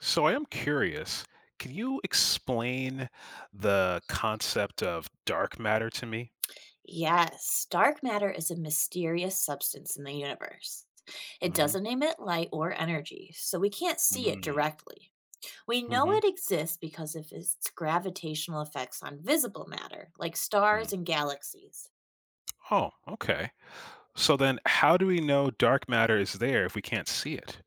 So I am curious, can you explain the concept of dark matter to me? Yes, dark matter is a mysterious substance in the universe. It Hmm. doesn't emit light or energy, so we can't see it Hmm. directly. We know Hmm. it exists because of its gravitational effects on visible matter, like Hmm. stars and galaxies. Oh, okay. So then how do we know dark matter is there if we can't see it?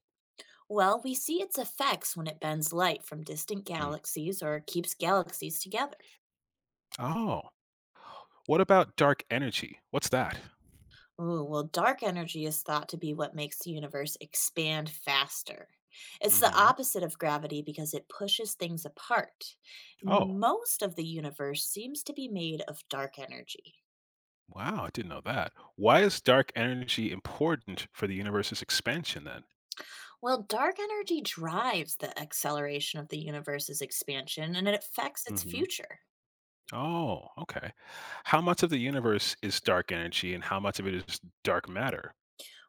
Well, we see its effects when it bends light from distant Mm. galaxies or keeps galaxies together. Oh, what about dark energy? What's that? Ooh, well, dark energy is thought to be what makes the universe expand faster. It's the Hmm. opposite of gravity because it pushes things apart. Oh, Most of the universe seems to be made of dark energy. wow, I didn't know that. Why is dark energy important for the universe's expansion Well, dark energy drives the acceleration of the universe's expansion and it affects its then? future. Oh, okay. How much of the universe is dark energy and how much of it is dark matter?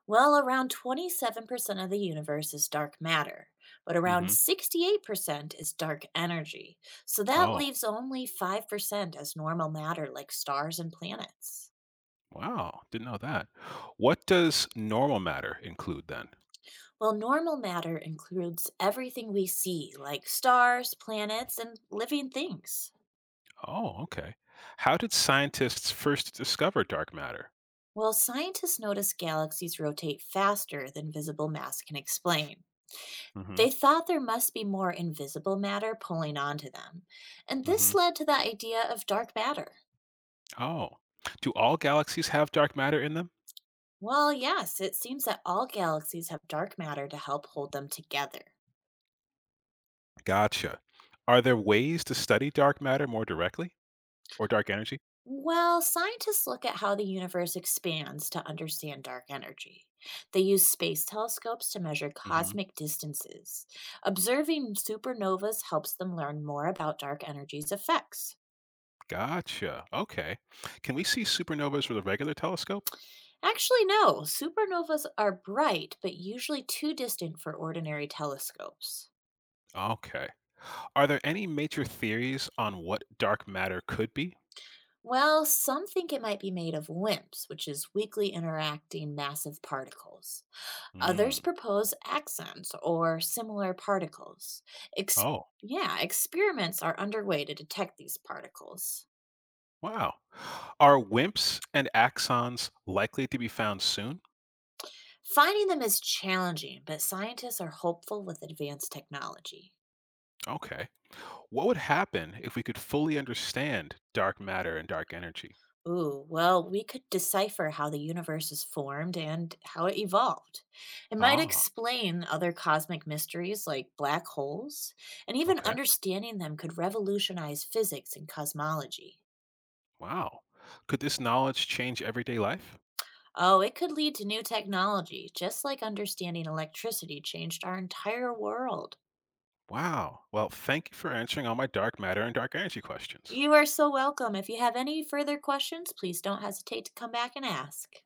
Well, around 27% of the universe is dark matter, but around Hmm. 68% is dark energy. So that Oh, leaves only 5% as normal matter, like stars and planets. wow. Didn't know that. What does normal matter include then? Well, normal matter includes everything we see, like stars, planets, and living things. Oh, okay. How did scientists first discover dark matter? Well, scientists noticed galaxies rotate faster than visible mass can explain. Hmm. They thought there must be more invisible matter pulling onto them, and Hmm. this led to the idea of dark matter. Oh, do all galaxies have dark matter in them? Well, yes, it seems that all galaxies have dark matter to help hold them together. Gotcha. Are there ways to study dark matter more directly or dark energy? Well, scientists look at how the universe expands to understand dark energy. They use space telescopes to measure Hmm. cosmic distances. Observing supernovas helps them learn more about dark energy's effects. Gotcha. Okay. Can we see supernovas with a regular telescope? Actually, no, supernovas are bright, but usually too distant for ordinary telescopes. Okay. Are there any major theories on what dark matter could be? Well, some think it might be made of WIMPs, which is weakly interacting massive particles. Others Mm. propose accents or similar particles. Ex- Oh, yeah, experiments are underway to detect these particles. wow. Are WIMPs and axons likely to be found soon? Finding them is challenging, but scientists are hopeful with advanced technology. Okay. What would happen if we could fully understand dark matter and dark energy? Ooh, well, we could decipher how the universe is formed and how it evolved. It might Ah, explain other cosmic mysteries like black holes, and even okay. understanding them could revolutionize physics and cosmology. Wow. Could this knowledge change everyday life? Oh, it could lead to new technology, just like understanding electricity changed our entire world. Wow. Well, thank you for answering all my dark matter and dark energy questions. You are so welcome. If you have any further questions, please don't hesitate to come back and ask.